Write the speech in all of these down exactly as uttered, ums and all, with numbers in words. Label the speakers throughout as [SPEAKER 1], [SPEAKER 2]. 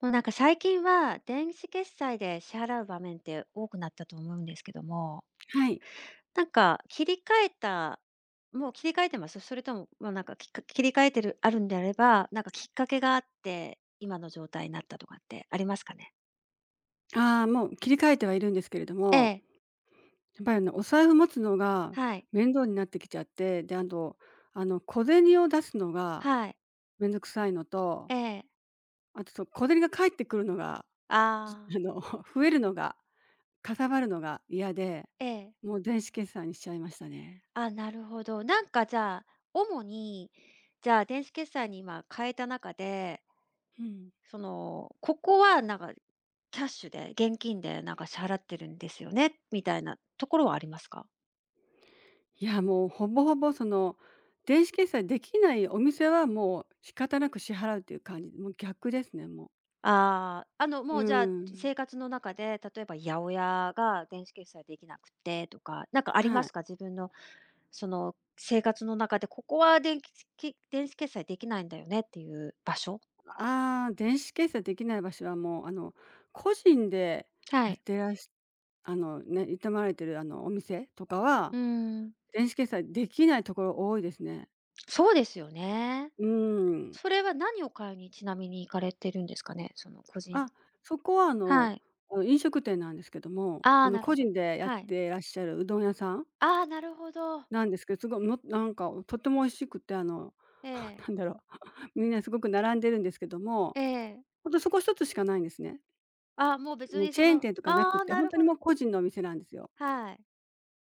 [SPEAKER 1] もうなんか最近は電子決済で支払う場面って多くなったと思うんですけども、
[SPEAKER 2] はい。
[SPEAKER 1] なんか切り替えたもう切り替えてます？それとも、もうなんかきっか切り替えてるあるんであれば、なんかきっかけがあって、今の状態になったとかってありますかね？
[SPEAKER 2] ああ、もう切り替えてはいるんですけれど
[SPEAKER 1] え
[SPEAKER 2] も、
[SPEAKER 1] え、
[SPEAKER 2] やっぱりあのお財布持つのが
[SPEAKER 1] はい、
[SPEAKER 2] 面倒になってきちゃって、で、あと、あの小銭を出すのが
[SPEAKER 1] はい、
[SPEAKER 2] めんどくさいのと、
[SPEAKER 1] ええ、
[SPEAKER 2] あとそ小銭が返ってくるのが、じ
[SPEAKER 1] ああ、
[SPEAKER 2] あの 増えるのが、かさばるのが嫌で、
[SPEAKER 1] ええ、
[SPEAKER 2] もう電子決済にしちゃいましたね。
[SPEAKER 1] あ、なるほど。なんかじゃあ、主に、じゃあ電子決済に今変えた中で
[SPEAKER 2] うん。
[SPEAKER 1] その、ここはなんか、キャッシュで、現金でなんか支払ってるんですよね、みたいなところはありますか？
[SPEAKER 2] いや、もうほぼほぼその電子決済できないお店はもう仕方なく支払うという感じ、もう逆ですね、も
[SPEAKER 1] ああ、あの、も
[SPEAKER 2] う。
[SPEAKER 1] うじ
[SPEAKER 2] う
[SPEAKER 1] ゃあ、
[SPEAKER 2] ーん、
[SPEAKER 1] 生活の中で、例えば八百屋が電子決済できなくてとか、なんかありま
[SPEAKER 2] は
[SPEAKER 1] す
[SPEAKER 2] い。
[SPEAKER 1] か？自分のその生活の中で、ここは電気き電子決済できないんだよねっていう場所？
[SPEAKER 2] ああ、電子決済できない場所はもう、あの、個人で
[SPEAKER 1] は
[SPEAKER 2] やっ
[SPEAKER 1] い。
[SPEAKER 2] てらしあの、ね、営まれてるあの、お店とか
[SPEAKER 1] う
[SPEAKER 2] は、
[SPEAKER 1] ーん、
[SPEAKER 2] 電子決済できないところ多いですね。
[SPEAKER 1] そうですよね。
[SPEAKER 2] うーん。
[SPEAKER 1] それは何を買いにちなみに行かれてるんですかね？その個人
[SPEAKER 2] あ、そこはあ
[SPEAKER 1] は
[SPEAKER 2] の、
[SPEAKER 1] い。
[SPEAKER 2] あの、飲食店なんですけども、
[SPEAKER 1] あ
[SPEAKER 2] あ
[SPEAKER 1] あ、
[SPEAKER 2] の、
[SPEAKER 1] なる
[SPEAKER 2] 個
[SPEAKER 1] ほど。
[SPEAKER 2] 人でやっ
[SPEAKER 1] はい。
[SPEAKER 2] てらっしゃるうどん屋さん
[SPEAKER 1] ああ、なるほど。
[SPEAKER 2] なんですけど、すごい、もなんかとっても美味しくて、あの、
[SPEAKER 1] ええ、
[SPEAKER 2] なんだろう、みんなすごく並んでるんですけども、
[SPEAKER 1] ええ。
[SPEAKER 2] ほんとそこ一つしかないんですね。
[SPEAKER 1] ああ、もう別
[SPEAKER 2] もう
[SPEAKER 1] に
[SPEAKER 2] チ
[SPEAKER 1] そ
[SPEAKER 2] ェーン
[SPEAKER 1] の
[SPEAKER 2] 店とかなく
[SPEAKER 1] あ
[SPEAKER 2] っ
[SPEAKER 1] あ、
[SPEAKER 2] て、
[SPEAKER 1] な
[SPEAKER 2] 本
[SPEAKER 1] る
[SPEAKER 2] 当に
[SPEAKER 1] ほど。
[SPEAKER 2] もう個人のお店なんですよ。
[SPEAKER 1] はい。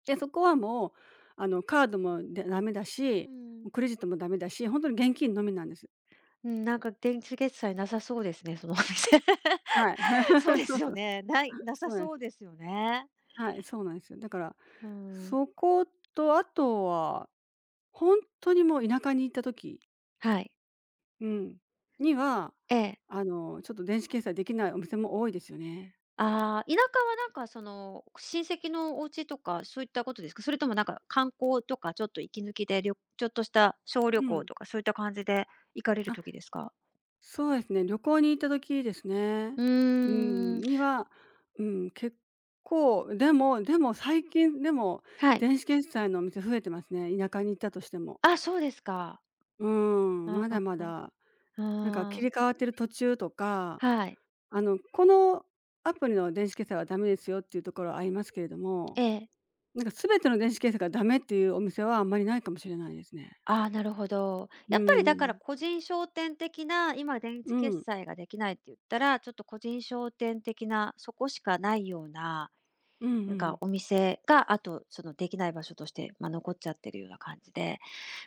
[SPEAKER 2] で、そこはもう、あの、カードもでダメだ
[SPEAKER 1] う
[SPEAKER 2] し、
[SPEAKER 1] ん。
[SPEAKER 2] もうクレジットもダメだし、ほんとに現金のみなんです。
[SPEAKER 1] うん、なんか電子決済なさそうですね、そのお店。
[SPEAKER 2] はい。
[SPEAKER 1] そう で
[SPEAKER 2] そ
[SPEAKER 1] す
[SPEAKER 2] う
[SPEAKER 1] よ
[SPEAKER 2] そうそう。
[SPEAKER 1] ね。
[SPEAKER 2] そ
[SPEAKER 1] ない、な
[SPEAKER 2] う
[SPEAKER 1] さ
[SPEAKER 2] なんで
[SPEAKER 1] そう
[SPEAKER 2] す。
[SPEAKER 1] ですよね。
[SPEAKER 2] はい、そうなんですよ。だから、
[SPEAKER 1] うーん。
[SPEAKER 2] そこと、あとは、ほんとにもう田舎に行った時、
[SPEAKER 1] はい。
[SPEAKER 2] うん、には、
[SPEAKER 1] ええ。
[SPEAKER 2] あの、ちょっと電子決済できないお店も多いですよね。
[SPEAKER 1] ああ、田舎はなんかその、親戚のお家とかそういったことですか？それともなんか観光とかちょっと息抜きで、りょちょっとした小旅
[SPEAKER 2] う
[SPEAKER 1] 行
[SPEAKER 2] ん。
[SPEAKER 1] とかそういった感じで行かれる
[SPEAKER 2] あ、
[SPEAKER 1] 時ですか？
[SPEAKER 2] そうですね、旅行に行った時ですね。
[SPEAKER 1] うー
[SPEAKER 2] う
[SPEAKER 1] ん、
[SPEAKER 2] ん、には、うん、結構、でもでも最近、でも、
[SPEAKER 1] はい。
[SPEAKER 2] 電子決済のお店増えてますね、田舎に行ったとしても。
[SPEAKER 1] あ、そうですか。
[SPEAKER 2] うーん、
[SPEAKER 1] あ
[SPEAKER 2] ま
[SPEAKER 1] あ、
[SPEAKER 2] だまだ、なんか切
[SPEAKER 1] ああ、
[SPEAKER 2] り替わってる途中とか、
[SPEAKER 1] はい。
[SPEAKER 2] あの、このアプリの電子決済はダメですよっていうところはありますけれど
[SPEAKER 1] え
[SPEAKER 2] も、
[SPEAKER 1] え。
[SPEAKER 2] なんか全ての電子決済がダメっていうお店はあんまりないかもしれないですね。
[SPEAKER 1] ああ、なるほど。
[SPEAKER 2] う
[SPEAKER 1] やっぱりだから
[SPEAKER 2] ん。
[SPEAKER 1] 個人商店的な、今電子
[SPEAKER 2] う
[SPEAKER 1] 決
[SPEAKER 2] ん。
[SPEAKER 1] 済ができないって言ったら、ちょっと個人商店的な、そこしかないような、
[SPEAKER 2] うん
[SPEAKER 1] な
[SPEAKER 2] う
[SPEAKER 1] ん
[SPEAKER 2] ん。
[SPEAKER 1] かお店が、あとそのできない場所として、まあ、残っちゃってるような感じで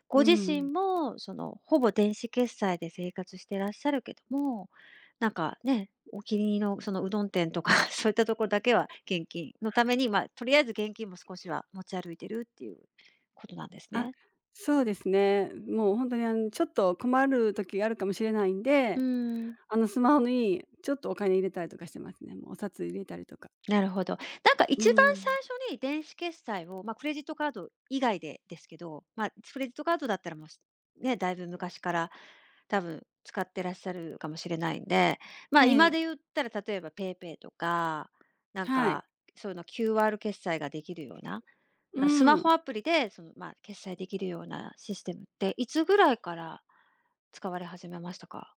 [SPEAKER 1] ご
[SPEAKER 2] う
[SPEAKER 1] 自身
[SPEAKER 2] ん、
[SPEAKER 1] も、その、ほぼ電子決済で生活してらっしゃるけども、なんかね、お気に入りのそのうどん店とか そういったところだけは現金のために、まあ、とりあえず現金も少しは持ち歩いてるっていうことなんです
[SPEAKER 2] あ、
[SPEAKER 1] ね。
[SPEAKER 2] そうですね。もう本当に、あの、ちょっと困る時があるかもしれないん
[SPEAKER 1] う
[SPEAKER 2] で、
[SPEAKER 1] ん。
[SPEAKER 2] あの、スマホにちょっとお金入れたりとかしてますね。もうお札入れたりとか。
[SPEAKER 1] なるほど。なんか
[SPEAKER 2] う
[SPEAKER 1] 一番最
[SPEAKER 2] ん。
[SPEAKER 1] 初に電子決済を、まあ、クレジットカード以外でですけど、まあ、クレジットカードだったらもう、ね、だいぶ昔から多分使ってらっしゃるかもしれないんで、まあ、
[SPEAKER 2] ね、
[SPEAKER 1] 今で言
[SPEAKER 2] え、
[SPEAKER 1] ったら例えば PayPay とか、なん
[SPEAKER 2] はい。
[SPEAKER 1] かそういうの キューアール 決済ができるような、なスマ
[SPEAKER 2] う
[SPEAKER 1] ホ
[SPEAKER 2] ん。
[SPEAKER 1] アプリでその、まあ、決済できるようなシステムって、いつぐらいから使われ始めましたか？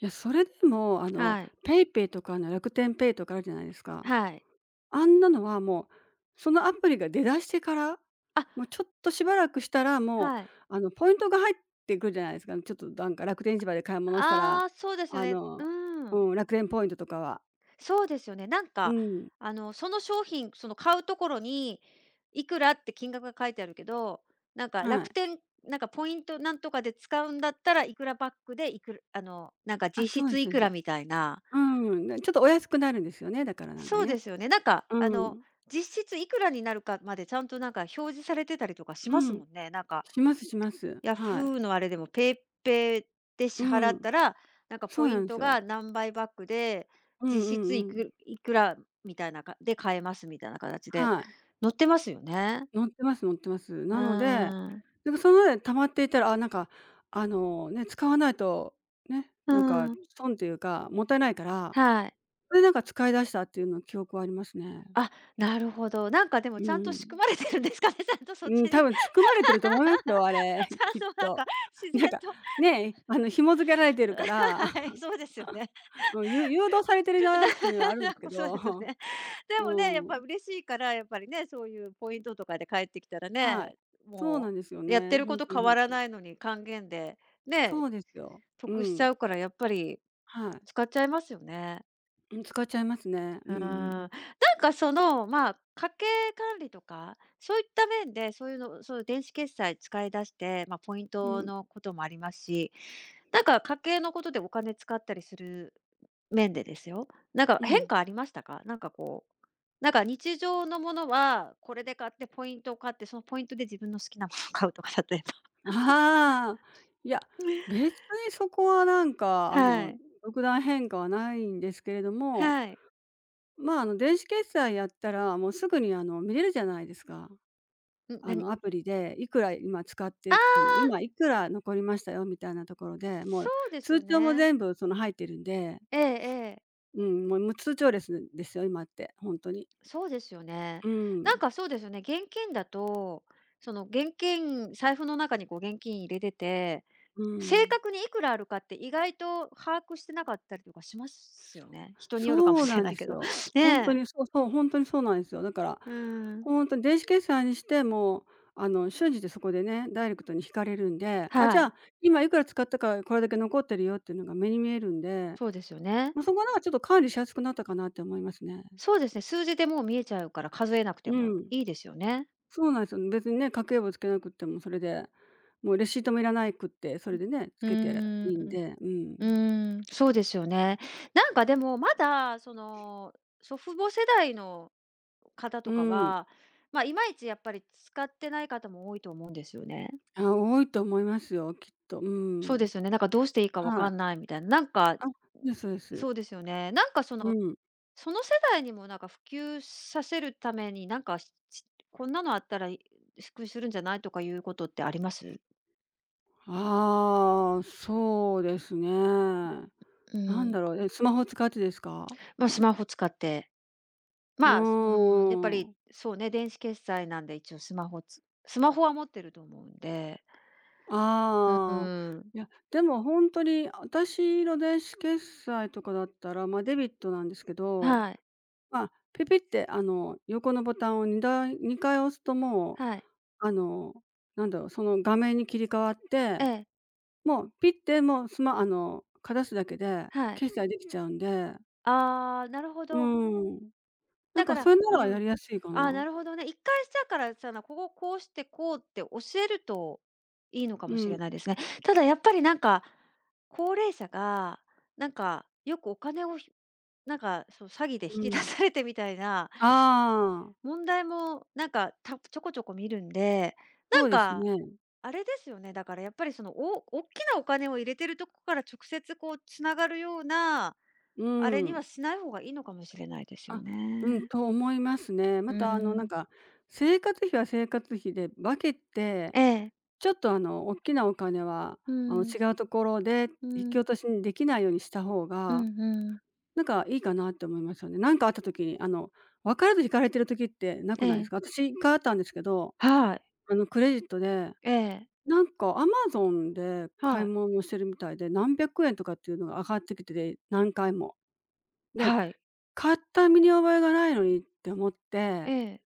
[SPEAKER 2] いや、それでも、あの、
[SPEAKER 1] はい。
[SPEAKER 2] ペイペイとか、あの、楽天ペイとかあるじゃないですか。
[SPEAKER 1] はい。
[SPEAKER 2] あんなのはもう、そのアプリが出だしてから、
[SPEAKER 1] あ、
[SPEAKER 2] もうちょっとしばらくしたら、もう、
[SPEAKER 1] はい。
[SPEAKER 2] あの、ポイントが入ってくるじゃないですか。ちょっとなんか楽天市場で買い物したら、
[SPEAKER 1] ああ、そうですよ
[SPEAKER 2] あ
[SPEAKER 1] ね。
[SPEAKER 2] の、
[SPEAKER 1] うん。
[SPEAKER 2] うん、楽天ポイントとかは。
[SPEAKER 1] そうですよね。なん
[SPEAKER 2] う
[SPEAKER 1] か、
[SPEAKER 2] ん、
[SPEAKER 1] あの、その商品、その買うところに、いくらって金額が書いてあるけど、なんか
[SPEAKER 2] は
[SPEAKER 1] 楽
[SPEAKER 2] い。
[SPEAKER 1] 天、なんかポイントなんとかで使うんだったらいくらバックでいくら、あの、なんか
[SPEAKER 2] あ、
[SPEAKER 1] 実
[SPEAKER 2] そうで
[SPEAKER 1] 質
[SPEAKER 2] す、
[SPEAKER 1] い
[SPEAKER 2] そうで
[SPEAKER 1] く
[SPEAKER 2] す。
[SPEAKER 1] らみたいな。
[SPEAKER 2] うん、でちょっとお安くなるんですよね、だからなんか
[SPEAKER 1] そうで
[SPEAKER 2] ね。
[SPEAKER 1] すよね。なんか、あ
[SPEAKER 2] う
[SPEAKER 1] の、
[SPEAKER 2] ん。
[SPEAKER 1] 実質いくらになるかまでちゃんとなんか表示されてたりとかし
[SPEAKER 2] う
[SPEAKER 1] ます
[SPEAKER 2] ん。
[SPEAKER 1] もんね。なんか
[SPEAKER 2] しますします。はい。
[SPEAKER 1] Yahoo のあれでもペ a ペ p で支
[SPEAKER 2] う
[SPEAKER 1] 払っ
[SPEAKER 2] ん。
[SPEAKER 1] たら、なんか
[SPEAKER 2] そ
[SPEAKER 1] ポ
[SPEAKER 2] う
[SPEAKER 1] イ
[SPEAKER 2] な
[SPEAKER 1] ン
[SPEAKER 2] んで
[SPEAKER 1] ト
[SPEAKER 2] すよ。
[SPEAKER 1] が何倍バックで、
[SPEAKER 2] うんうん
[SPEAKER 1] 実質い
[SPEAKER 2] うん。
[SPEAKER 1] くいくらみたいなかで買えますみたいな形で
[SPEAKER 2] はい。
[SPEAKER 1] 載ってますよね。
[SPEAKER 2] 乗ってます乗ってます。
[SPEAKER 1] う
[SPEAKER 2] なので、
[SPEAKER 1] ーん。
[SPEAKER 2] なんかその溜まっていたら、あ、なんか、あの、ね、使わないと、ね、
[SPEAKER 1] う
[SPEAKER 2] なんか
[SPEAKER 1] ーん。
[SPEAKER 2] 損っていうか、もったいないから、
[SPEAKER 1] はい。
[SPEAKER 2] それでなんか使い出したっていうの記憶はありますね。
[SPEAKER 1] あ、なるほど。なんかでも
[SPEAKER 2] う
[SPEAKER 1] ちゃ
[SPEAKER 2] ん
[SPEAKER 1] ん
[SPEAKER 2] う
[SPEAKER 1] と仕組
[SPEAKER 2] ん。
[SPEAKER 1] まれてるんですかね、ちゃんとそっち
[SPEAKER 2] うん、
[SPEAKER 1] に。
[SPEAKER 2] 多
[SPEAKER 1] ち
[SPEAKER 2] 分仕組まれてると思いますよ、あれ、
[SPEAKER 1] ゃ
[SPEAKER 2] きっ
[SPEAKER 1] んとなん
[SPEAKER 2] と。
[SPEAKER 1] か自 然
[SPEAKER 2] なんか、
[SPEAKER 1] と
[SPEAKER 2] ね、あの、紐付けられてるか ら、
[SPEAKER 1] はい、そうですよね。
[SPEAKER 2] うん、ゆ誘導されてるなっていうのはあるんですけ
[SPEAKER 1] そうですよ
[SPEAKER 2] ど、
[SPEAKER 1] ね。でも
[SPEAKER 2] う
[SPEAKER 1] ね、やっぱ
[SPEAKER 2] ん、
[SPEAKER 1] 嬉しいから、やっぱりね、そういうポイントとかで帰ってきたら
[SPEAKER 2] は
[SPEAKER 1] ね、
[SPEAKER 2] い。そう
[SPEAKER 1] も
[SPEAKER 2] なんですよ
[SPEAKER 1] うやって
[SPEAKER 2] ね、
[SPEAKER 1] る
[SPEAKER 2] ほ
[SPEAKER 1] こ
[SPEAKER 2] ん
[SPEAKER 1] と
[SPEAKER 2] とに
[SPEAKER 1] 変
[SPEAKER 2] ほ
[SPEAKER 1] わ
[SPEAKER 2] ん
[SPEAKER 1] ら
[SPEAKER 2] と。
[SPEAKER 1] ないのに還元で、ね、
[SPEAKER 2] そうですよ。う
[SPEAKER 1] 得しち
[SPEAKER 2] ん、
[SPEAKER 1] ゃうから、やっぱり
[SPEAKER 2] はい。
[SPEAKER 1] 使っちゃいますよね。
[SPEAKER 2] うん、使っちゃいますね。
[SPEAKER 1] う
[SPEAKER 2] うん
[SPEAKER 1] ん。
[SPEAKER 2] うんうん。
[SPEAKER 1] なんかその、まあ、家計管理とか、そういった面で、そういうのそういう電子決済使い出して、まあ、ポイン
[SPEAKER 2] う
[SPEAKER 1] ト
[SPEAKER 2] ん、
[SPEAKER 1] のこともありますし、なんか家計のことでお金使ったりする面でですよ。なんか変化ありましたか？なんかこう、なんか日常のものは、これで買ってポイントを買って、そのポイントで自分の好きなものを買うとか、例えば。
[SPEAKER 2] ああ、いや、別にそこはなんか、あ
[SPEAKER 1] は
[SPEAKER 2] の、
[SPEAKER 1] い、
[SPEAKER 2] 特段変化はないんですけれども、
[SPEAKER 1] はい。
[SPEAKER 2] まあ、あの、電子決済やったら、もうすぐに、あの、見れるじゃないですか。
[SPEAKER 1] うん、
[SPEAKER 2] あ
[SPEAKER 1] 何
[SPEAKER 2] の、アプリでいくら今使っ
[SPEAKER 1] ああ
[SPEAKER 2] て、あの、
[SPEAKER 1] ー、
[SPEAKER 2] 今いくら残りましたよみたいなところで、も
[SPEAKER 1] そ
[SPEAKER 2] う
[SPEAKER 1] うですよ
[SPEAKER 2] 通帳も
[SPEAKER 1] ね。
[SPEAKER 2] 全部その入ってるんで、
[SPEAKER 1] ええええ。
[SPEAKER 2] うん、もう無通帳レスですよ、今って、本当に。
[SPEAKER 1] そうですよね。
[SPEAKER 2] う
[SPEAKER 1] なん
[SPEAKER 2] ん、
[SPEAKER 1] かそうですよね、現金だと、その現金財布の中にこう現金入れてて、
[SPEAKER 2] う
[SPEAKER 1] 正
[SPEAKER 2] ん。
[SPEAKER 1] 確にいくらあるかって意外と把握してなかったりとかしますよね。人によるかも
[SPEAKER 2] そう
[SPEAKER 1] しれ
[SPEAKER 2] なん
[SPEAKER 1] ない
[SPEAKER 2] で
[SPEAKER 1] け
[SPEAKER 2] す
[SPEAKER 1] ど。
[SPEAKER 2] よ。本当
[SPEAKER 1] ねえ。
[SPEAKER 2] にそうそう、本当にそうなんですよ。だから、
[SPEAKER 1] うーん、
[SPEAKER 2] 本当に電子決済にしても、あの、瞬時でそこでね、ダイレクトに引かれるんで、あ、じ
[SPEAKER 1] は
[SPEAKER 2] ゃ
[SPEAKER 1] い、
[SPEAKER 2] あ、今いくら使ったからこれだけ残ってるよっていうのが目に見えるんで、
[SPEAKER 1] そうですよね。
[SPEAKER 2] まあ、そこはなんかちょっと管理しやすくなったかなって思いますね。
[SPEAKER 1] そうですね、数字でもう見えちゃうから数えなくて
[SPEAKER 2] う
[SPEAKER 1] も
[SPEAKER 2] ん。
[SPEAKER 1] いいですよね。
[SPEAKER 2] そうなんですよね別にね、家計簿つけなくってもそれで、もうレシートもいらないくって、それでね、つ
[SPEAKER 1] う
[SPEAKER 2] けてりゃ
[SPEAKER 1] ーん。
[SPEAKER 2] いいんで、う
[SPEAKER 1] う
[SPEAKER 2] ん。
[SPEAKER 1] ーん、そうですよね。なんかでもまだその、祖父母世代の方と
[SPEAKER 2] う
[SPEAKER 1] か
[SPEAKER 2] ん。
[SPEAKER 1] は、ま、あいまいちやっぱり使ってない方も多いと思うんですよね。
[SPEAKER 2] あ、多いと思いますよ、きっと。
[SPEAKER 1] そ
[SPEAKER 2] う
[SPEAKER 1] うで
[SPEAKER 2] ん。
[SPEAKER 1] すよね、なんかどうしていいかわ
[SPEAKER 2] は
[SPEAKER 1] か
[SPEAKER 2] い。
[SPEAKER 1] んないみたいな、なんか、
[SPEAKER 2] あ、ですそうです。
[SPEAKER 1] そうですよね、なんかそ
[SPEAKER 2] う
[SPEAKER 1] の
[SPEAKER 2] ん。
[SPEAKER 1] その世代にもなんか普及させるために、なんか、ししこんなのあったら、い普及するんじゃないとかいうことってあります？
[SPEAKER 2] ああ、そうですね。
[SPEAKER 1] う
[SPEAKER 2] なん
[SPEAKER 1] ん。
[SPEAKER 2] だろう、え、スマホ使ってですか？
[SPEAKER 1] まあ、スマホ使って。
[SPEAKER 2] う
[SPEAKER 1] まあ、すうーん、やっぱ
[SPEAKER 2] ー
[SPEAKER 1] り、
[SPEAKER 2] ん。
[SPEAKER 1] そうね、電子決済なんで一応スマホつスマホは持ってると思うんで、う
[SPEAKER 2] ああ。
[SPEAKER 1] ーん、
[SPEAKER 2] いや、でもほんとに、あたしの電子決済とかだったら、ま、デビットなんですけど、
[SPEAKER 1] はい、
[SPEAKER 2] まあ、ピピってあの、横のボタンをにだい回押すともう、
[SPEAKER 1] はい、
[SPEAKER 2] あの、なんだろう、その画面に切り替わっ
[SPEAKER 1] え
[SPEAKER 2] て、
[SPEAKER 1] え、
[SPEAKER 2] もうピッてもうスマあの、かざすだけで
[SPEAKER 1] はい。
[SPEAKER 2] 決済できちゃうんで、
[SPEAKER 1] ああ、なるほ
[SPEAKER 2] う
[SPEAKER 1] ど。
[SPEAKER 2] ん、なん
[SPEAKER 1] だか
[SPEAKER 2] かそ
[SPEAKER 1] ら、
[SPEAKER 2] れな
[SPEAKER 1] う
[SPEAKER 2] らや
[SPEAKER 1] ん。
[SPEAKER 2] りやすいか
[SPEAKER 1] ああ、な
[SPEAKER 2] な。
[SPEAKER 1] るほどね。一回したからさな、こここうしてこうって教えるといいのか
[SPEAKER 2] う
[SPEAKER 1] もし
[SPEAKER 2] ん、
[SPEAKER 1] れないですね。ただやっぱりなんか、高齢者が、なんかよくお金をひなんかそう、詐欺で引
[SPEAKER 2] う
[SPEAKER 1] き出
[SPEAKER 2] ん。
[SPEAKER 1] されてみたいな
[SPEAKER 2] ああ、
[SPEAKER 1] 問題もなんか、たちょこちょこ見るんで、な
[SPEAKER 2] そ
[SPEAKER 1] ん
[SPEAKER 2] うです
[SPEAKER 1] か
[SPEAKER 2] ね。
[SPEAKER 1] あれですよね、だからやっぱりその、おおっきなお金を入れてるとこから直接こう繋がるような、
[SPEAKER 2] う
[SPEAKER 1] あれには
[SPEAKER 2] ん。
[SPEAKER 1] しない方がいいのかもしれないですよ
[SPEAKER 2] あ、うん、
[SPEAKER 1] ね。
[SPEAKER 2] と思いますね。
[SPEAKER 1] う
[SPEAKER 2] ま
[SPEAKER 1] ー
[SPEAKER 2] たあのなん
[SPEAKER 1] ん。
[SPEAKER 2] か、生活費は生活費で分けて、
[SPEAKER 1] ええ。
[SPEAKER 2] ちょっとあの、大きなお金は、
[SPEAKER 1] う
[SPEAKER 2] あの、
[SPEAKER 1] ん、
[SPEAKER 2] 違うところで
[SPEAKER 1] う
[SPEAKER 2] 引き
[SPEAKER 1] ん、
[SPEAKER 2] 落としにできないようにした方
[SPEAKER 1] う
[SPEAKER 2] が、
[SPEAKER 1] んうん。
[SPEAKER 2] なんかいいかなって思いますよね。なんかあった時に、あの、分からず引かれてる時ってな
[SPEAKER 1] え
[SPEAKER 2] くないで
[SPEAKER 1] え。
[SPEAKER 2] すか？私いっかいあったんですけど、
[SPEAKER 1] はい。
[SPEAKER 2] あの、クレジットで、
[SPEAKER 1] ええ。
[SPEAKER 2] なんか Amazon で買
[SPEAKER 1] は
[SPEAKER 2] い
[SPEAKER 1] い。
[SPEAKER 2] 物をしてるみたいで、何百円とかっていうのが上がってきてて、何回も。で、
[SPEAKER 1] はい。
[SPEAKER 2] 買った身に覚えがないのにって思っ
[SPEAKER 1] え
[SPEAKER 2] て、
[SPEAKER 1] え、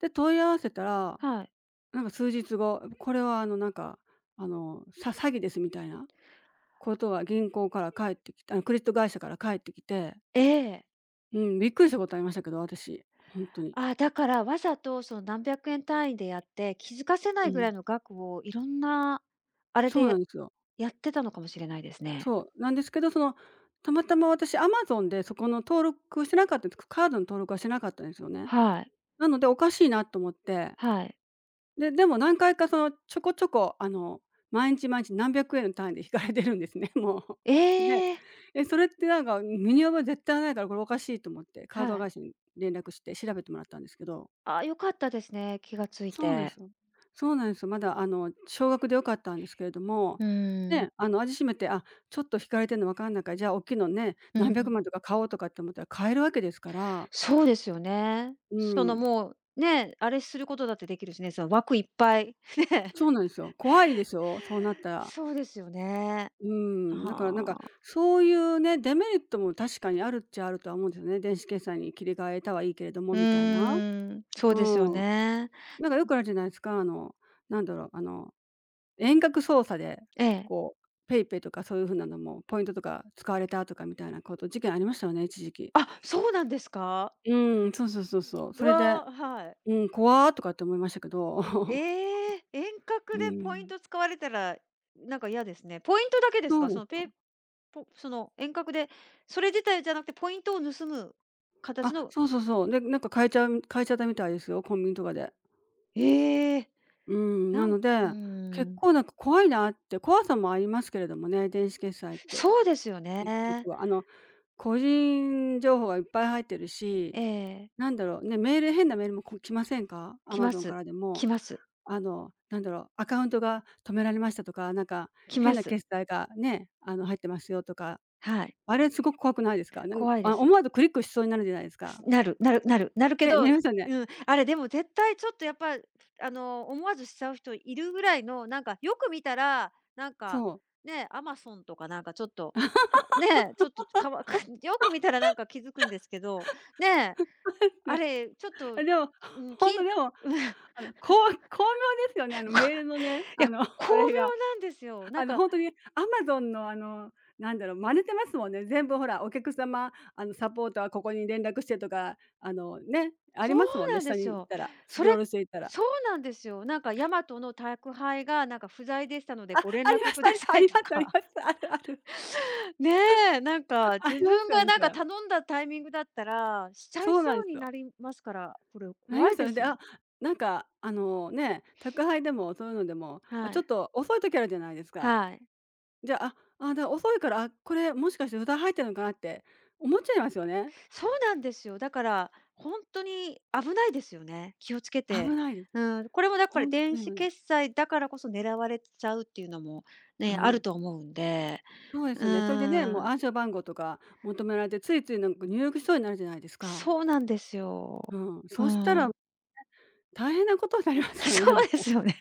[SPEAKER 2] で、問い合わせたら、
[SPEAKER 1] はい。
[SPEAKER 2] なんか数日後、これはあの、なんか、あの、さ詐欺ですみたいなことは銀行から帰ってきてあの、クレジット会社から帰ってきて、
[SPEAKER 1] ええ。
[SPEAKER 2] うん、びっくりしたことありましたけど、私、ほんとに。
[SPEAKER 1] あ、だからわざとその何百円単位でやって、気づかせな
[SPEAKER 2] う
[SPEAKER 1] いぐら
[SPEAKER 2] ん。
[SPEAKER 1] いの額をいろんなあれ
[SPEAKER 2] そうなん
[SPEAKER 1] で
[SPEAKER 2] ですよ。
[SPEAKER 1] やってたのかもしれないですね。
[SPEAKER 2] そう、なんですけど、その、たまたま私 Amazon でそこの登録してなかったんです。カードの登録はしてなかったんですよね。
[SPEAKER 1] はい、
[SPEAKER 2] なのでおかしいなと思って、
[SPEAKER 1] はい。
[SPEAKER 2] で、でも何回かそのちょこちょこ、あの、毎日毎日何百円の単位で引かれてるんですね、もう。で、
[SPEAKER 1] ええ。
[SPEAKER 2] え、それってなんか身に覚え絶対ないからこれおかしいと思って、カー
[SPEAKER 1] は
[SPEAKER 2] ド会
[SPEAKER 1] い。
[SPEAKER 2] 社に連絡して調べてもらったんですけど、
[SPEAKER 1] あ、良かったですね、気がつい
[SPEAKER 2] そうなんで
[SPEAKER 1] て。
[SPEAKER 2] すよ。そうなんですよ。まだあの、小額で良かったんですけれども、
[SPEAKER 1] うーん、
[SPEAKER 2] ね、あの、味しめて、あ、ちょっと引かれてるの分かんないから、じゃあおっきいのね、
[SPEAKER 1] う
[SPEAKER 2] 何百
[SPEAKER 1] ん。
[SPEAKER 2] 万とか買おうとかって思ったら買えるわけですから、
[SPEAKER 1] そうですよね。
[SPEAKER 2] う
[SPEAKER 1] その
[SPEAKER 2] ん、
[SPEAKER 1] もう、ね、あれすることだってできるしね、その枠いっぱい、ね。
[SPEAKER 2] そうなんですよ。怖いですよ、そうなったら。
[SPEAKER 1] そうですよね。
[SPEAKER 2] うん、だからなんか、
[SPEAKER 1] はあ。
[SPEAKER 2] そういうね、デメリットも確かにあるっちゃあるとは思うんですよね。電子決済に切り替えたはいいけれど
[SPEAKER 1] う
[SPEAKER 2] もみたいな。
[SPEAKER 1] ーん、そう
[SPEAKER 2] う
[SPEAKER 1] ですよ
[SPEAKER 2] ん。
[SPEAKER 1] ね。
[SPEAKER 2] なんかよくあるじゃないですか、あの、なんだろう、あの遠隔操作で、
[SPEAKER 1] ええ。
[SPEAKER 2] こう、ペイペイとかそういう風なのも、ポイントとか使われたとかみたいなこと、事件ありましたよね、一時期。
[SPEAKER 1] あ、そうなんですか？
[SPEAKER 2] うん、そうそうそうそう。
[SPEAKER 1] う
[SPEAKER 2] それで、
[SPEAKER 1] わ、はい。
[SPEAKER 2] うん、怖とかって思いましたけど。
[SPEAKER 1] ええ、遠隔
[SPEAKER 2] う
[SPEAKER 1] でポイン
[SPEAKER 2] ん。
[SPEAKER 1] ト使われたら、なんか嫌ですね。ポイントだけです
[SPEAKER 2] そ
[SPEAKER 1] か？
[SPEAKER 2] う
[SPEAKER 1] そ
[SPEAKER 2] で
[SPEAKER 1] の
[SPEAKER 2] す
[SPEAKER 1] ペイ
[SPEAKER 2] よ。
[SPEAKER 1] ポその遠隔で、それ自体じゃなくてポイントを盗む形
[SPEAKER 2] あ、
[SPEAKER 1] の
[SPEAKER 2] そうそうそう。で、なんか買えちゃう変えちゃったみたいですよ、コンビニとかで。
[SPEAKER 1] ええ、
[SPEAKER 2] うん、な
[SPEAKER 1] なんう
[SPEAKER 2] の
[SPEAKER 1] ー
[SPEAKER 2] で、結
[SPEAKER 1] ん、
[SPEAKER 2] 構なんか怖いなって、怖さもありますけれどもね、電子決済って、
[SPEAKER 1] そうですよ
[SPEAKER 2] 結
[SPEAKER 1] ね。
[SPEAKER 2] 局は。あの、個人情報がいっぱい入ってる
[SPEAKER 1] え
[SPEAKER 2] し、
[SPEAKER 1] え。
[SPEAKER 2] なんだろう、ね、メール、変なメールもこ来ませんか、ア
[SPEAKER 1] 来
[SPEAKER 2] マ
[SPEAKER 1] ま
[SPEAKER 2] ゾンか
[SPEAKER 1] す。
[SPEAKER 2] らで
[SPEAKER 1] 来
[SPEAKER 2] も。
[SPEAKER 1] ます。
[SPEAKER 2] あの、なんだろう、アカウントが止められましたとか、なんか
[SPEAKER 1] 来ま
[SPEAKER 2] 変な
[SPEAKER 1] す。
[SPEAKER 2] 決済がね、あの、入ってますよとか、
[SPEAKER 1] はい。
[SPEAKER 2] あれすごく怖くないですか？なん、
[SPEAKER 1] 怖いで
[SPEAKER 2] あ、
[SPEAKER 1] す。
[SPEAKER 2] 思わずクリックしそうになるじゃないですか。
[SPEAKER 1] なるなるなるなるけ
[SPEAKER 2] ね、な
[SPEAKER 1] ど、
[SPEAKER 2] りますよね。
[SPEAKER 1] うん、あれでも絶対ちょっとやっぱ、あの、思わずしちゃう人いるぐらいの、なんかよく見たら、なんか、
[SPEAKER 2] そう。
[SPEAKER 1] ね、Amazon とかなんかちょっと、はね、ちょっとかわ よく見たらなんか気づくんですけど、ね、あ
[SPEAKER 2] ね。
[SPEAKER 1] れちょっと、
[SPEAKER 2] あ、でも、
[SPEAKER 1] うん、き
[SPEAKER 2] ほんとでも、
[SPEAKER 1] うん こ
[SPEAKER 2] あの、こう巧妙ですよね、あのメールのね、
[SPEAKER 1] いや、
[SPEAKER 2] あ
[SPEAKER 1] 巧
[SPEAKER 2] の、あ
[SPEAKER 1] 妙
[SPEAKER 2] れが。
[SPEAKER 1] なんですよ。なん
[SPEAKER 2] あの、
[SPEAKER 1] か、
[SPEAKER 2] 本当にアマゾンのあの、なんだろう、真似てますもんね。全部ほら、お客様、あの、サポートはここに連絡してとか、あの、ね、あ
[SPEAKER 1] そ
[SPEAKER 2] り
[SPEAKER 1] う
[SPEAKER 2] ますもん
[SPEAKER 1] な
[SPEAKER 2] ね、
[SPEAKER 1] んで
[SPEAKER 2] 下に
[SPEAKER 1] す
[SPEAKER 2] 行っ
[SPEAKER 1] よ。
[SPEAKER 2] たら、ス
[SPEAKER 1] そ
[SPEAKER 2] クロ
[SPEAKER 1] れ
[SPEAKER 2] ールしていったら。
[SPEAKER 1] そうなんですよ。なんかヤマトの宅配がなんか不在でしたので
[SPEAKER 2] あ、
[SPEAKER 1] ご連
[SPEAKER 2] あり
[SPEAKER 1] 絡
[SPEAKER 2] ます
[SPEAKER 1] く
[SPEAKER 2] あ
[SPEAKER 1] だ
[SPEAKER 2] ります
[SPEAKER 1] さ
[SPEAKER 2] あ
[SPEAKER 1] い
[SPEAKER 2] り
[SPEAKER 1] と
[SPEAKER 2] ますあり
[SPEAKER 1] か。
[SPEAKER 2] ます。あるある。
[SPEAKER 1] ねえ、なんか
[SPEAKER 2] あ
[SPEAKER 1] 自
[SPEAKER 2] りま
[SPEAKER 1] 分
[SPEAKER 2] すよ
[SPEAKER 1] が
[SPEAKER 2] ね、
[SPEAKER 1] な
[SPEAKER 2] そ
[SPEAKER 1] んか
[SPEAKER 2] れ。
[SPEAKER 1] 頼んだタイミングだったら、しちゃい
[SPEAKER 2] そう
[SPEAKER 1] そ
[SPEAKER 2] なんで
[SPEAKER 1] う
[SPEAKER 2] す
[SPEAKER 1] に
[SPEAKER 2] よ。
[SPEAKER 1] なりますから、これ
[SPEAKER 2] なり
[SPEAKER 1] 怖
[SPEAKER 2] ま
[SPEAKER 1] い
[SPEAKER 2] した
[SPEAKER 1] で
[SPEAKER 2] よね。
[SPEAKER 1] す
[SPEAKER 2] で、
[SPEAKER 1] よ。
[SPEAKER 2] あ、なんか、あの、ね、宅配でもそういうのでも、あ、
[SPEAKER 1] は
[SPEAKER 2] ちょっ
[SPEAKER 1] い。
[SPEAKER 2] と遅い時あるじゃないですか。
[SPEAKER 1] はい。
[SPEAKER 2] じゃあ、あ、あ、だ、遅いから、あ、これもしかして札入ってるのかなって思っちゃいますよね。
[SPEAKER 1] そうなんですよ。だから、ほんとに危ないですよね。気をつけて。
[SPEAKER 2] 危ないです。
[SPEAKER 1] うん、これもだから
[SPEAKER 2] 本
[SPEAKER 1] 電
[SPEAKER 2] 当に
[SPEAKER 1] 子
[SPEAKER 2] 危ない。
[SPEAKER 1] 決済だからこそ狙われちゃうっていうのも
[SPEAKER 2] う
[SPEAKER 1] ね、ある
[SPEAKER 2] ん。
[SPEAKER 1] と思うんで。
[SPEAKER 2] そうです
[SPEAKER 1] う
[SPEAKER 2] よね。それでね、もう
[SPEAKER 1] ーん、
[SPEAKER 2] 暗証番号とか求められて、ついついなんか入力しそうになるじゃないですか。
[SPEAKER 1] そうなんです
[SPEAKER 2] う
[SPEAKER 1] よ。
[SPEAKER 2] ん。
[SPEAKER 1] う
[SPEAKER 2] そうしたら
[SPEAKER 1] ん。
[SPEAKER 2] 大変なことになりま すよね、も
[SPEAKER 1] そ
[SPEAKER 2] う。
[SPEAKER 1] うです よね。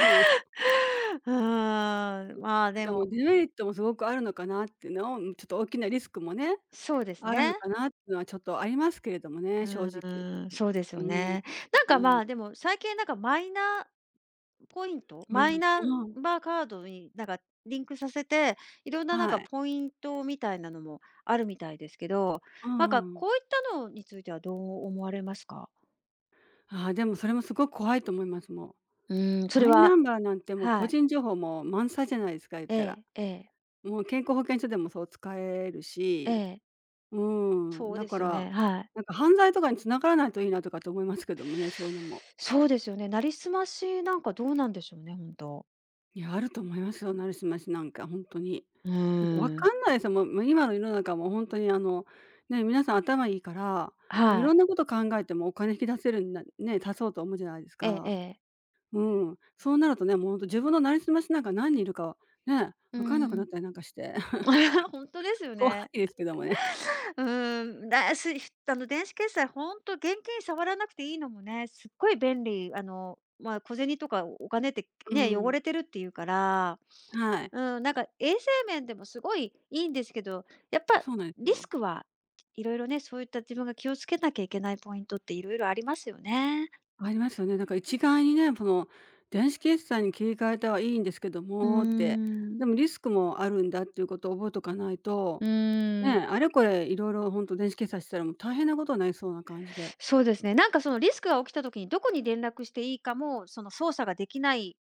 [SPEAKER 2] うん。
[SPEAKER 1] うーん、まあ、
[SPEAKER 2] なん
[SPEAKER 1] で
[SPEAKER 2] かも
[SPEAKER 1] も、
[SPEAKER 2] うデメリットもすごくあるのかなっていうのを、うん、ちょっと大きなリスクもね、
[SPEAKER 1] そうです
[SPEAKER 2] あるの
[SPEAKER 1] ね。
[SPEAKER 2] かなっていうのはちょっとありますけれども
[SPEAKER 1] う
[SPEAKER 2] ね、正直。
[SPEAKER 1] ーん、そうですよ
[SPEAKER 2] うん、
[SPEAKER 1] ね。なん
[SPEAKER 2] う
[SPEAKER 1] か、ま
[SPEAKER 2] ん。
[SPEAKER 1] あ、でも最近なんかマイナポイント、
[SPEAKER 2] マイ
[SPEAKER 1] マ
[SPEAKER 2] ナ
[SPEAKER 1] イ
[SPEAKER 2] ンバ
[SPEAKER 1] ナン
[SPEAKER 2] ー、うん。
[SPEAKER 1] バーカードになんかリンクさせて、いろんななん
[SPEAKER 2] は
[SPEAKER 1] か
[SPEAKER 2] い。
[SPEAKER 1] ポイントみたいなのもあるみたいですけど、
[SPEAKER 2] う
[SPEAKER 1] なんか
[SPEAKER 2] んうん。
[SPEAKER 1] こういったのについてはどう思われますか？
[SPEAKER 2] ああ、でもそれもすごく怖いと思います、もう。
[SPEAKER 1] うーん、それ
[SPEAKER 2] マイナ
[SPEAKER 1] は
[SPEAKER 2] ンバーなんてもう
[SPEAKER 1] は
[SPEAKER 2] 個
[SPEAKER 1] い。
[SPEAKER 2] 人情報も満載じゃないですか、言ったら。
[SPEAKER 1] ええええ
[SPEAKER 2] もう健康保険証でもそう使える
[SPEAKER 1] え
[SPEAKER 2] し、
[SPEAKER 1] え、
[SPEAKER 2] う
[SPEAKER 1] そ
[SPEAKER 2] ん、
[SPEAKER 1] う
[SPEAKER 2] だ
[SPEAKER 1] で
[SPEAKER 2] か
[SPEAKER 1] すよ
[SPEAKER 2] ら、
[SPEAKER 1] ね、はい。
[SPEAKER 2] なんか犯罪とかに繋がらないといいなとかって思いますけどもね、そういうのも。
[SPEAKER 1] そうですよね、なりすましなんかどうなんでしょうね、ほんと。
[SPEAKER 2] いや、あると思いますよ、なるしましなんかほんとに。
[SPEAKER 1] うー
[SPEAKER 2] だって分か
[SPEAKER 1] ん、
[SPEAKER 2] んないですよ、もう、もう今の世の中もほんとにあの、ね、皆さん頭いいから、もうい
[SPEAKER 1] は
[SPEAKER 2] ろん
[SPEAKER 1] い。
[SPEAKER 2] なこと考えてもお金引き出せるんなね、足そうと思うじゃないです
[SPEAKER 1] えええ
[SPEAKER 2] か。
[SPEAKER 1] え。
[SPEAKER 2] うん、そうなるとね、もうほんと自分のなりすましなんか何人いるか、ね、
[SPEAKER 1] うー
[SPEAKER 2] 分かんなくなっ
[SPEAKER 1] ん。
[SPEAKER 2] たりなんかして、
[SPEAKER 1] 本当ですよ
[SPEAKER 2] 怖
[SPEAKER 1] ね。
[SPEAKER 2] いですけどもね。
[SPEAKER 1] うーん、だすあの、電子決済本当現金触らなくていいのもね、すっごい便利。あの、まあ、小銭とかお金って
[SPEAKER 2] う
[SPEAKER 1] ね、汚
[SPEAKER 2] ん、
[SPEAKER 1] れてるっていうから、
[SPEAKER 2] はい、
[SPEAKER 1] うん、なんか衛生面でもすごいいいんですけど、やっぱ
[SPEAKER 2] そうなんです
[SPEAKER 1] リス
[SPEAKER 2] よ。
[SPEAKER 1] クは、いろいろね、そういった自分が気をつけなきゃいけないポイントっていろいろありますよね。
[SPEAKER 2] ありますよね。なんか一概にね、この電子決済に切り替えたはいいんですけど
[SPEAKER 1] うー
[SPEAKER 2] もって、でも
[SPEAKER 1] ん。
[SPEAKER 2] リスクもあるんだっていうことを覚えとかないと、
[SPEAKER 1] う
[SPEAKER 2] ね、
[SPEAKER 1] ーん。
[SPEAKER 2] あれこれいろいろ本当電子決済したらもう大変なことになりそうな感じで。
[SPEAKER 1] そうですね。なんかそのリスクが起きた時にどこに連絡していいかも、その操作ができない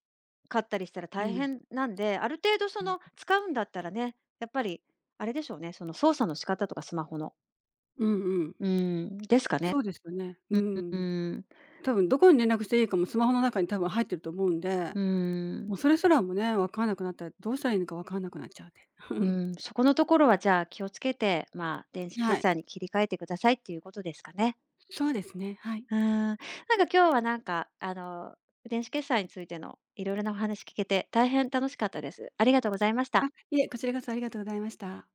[SPEAKER 1] かったりしたら
[SPEAKER 2] う
[SPEAKER 1] 大
[SPEAKER 2] ん。
[SPEAKER 1] 変なんで、ある程度その使うんだったらね、やっぱりあれでしょうね、その操作の仕方とかスマホの。
[SPEAKER 2] うんうん。
[SPEAKER 1] うん、ですかね。
[SPEAKER 2] そうですよね。う
[SPEAKER 1] うんう
[SPEAKER 2] ん。
[SPEAKER 1] んうん。
[SPEAKER 2] 多分どこに連絡していいかもスマホの中に多分入ってると思うんで、
[SPEAKER 1] うん。
[SPEAKER 2] もうそれすらもね、分かんなくなったらどうしたらいいのか分かんなくなっちゃうで。
[SPEAKER 1] そこのところはじゃあ気をつけて、まあ、電子
[SPEAKER 2] は
[SPEAKER 1] 決
[SPEAKER 2] い。
[SPEAKER 1] 済に切り替えてくださいっていうことですかね。
[SPEAKER 2] そうですね、はい。
[SPEAKER 1] うん。なんか今日はなんか、あの、電子決済についてのいろいろなお話聞けて大変楽しかったです。ありがとうございまし
[SPEAKER 2] あ、
[SPEAKER 1] た。
[SPEAKER 2] いえ、こちらこそありがとうございました。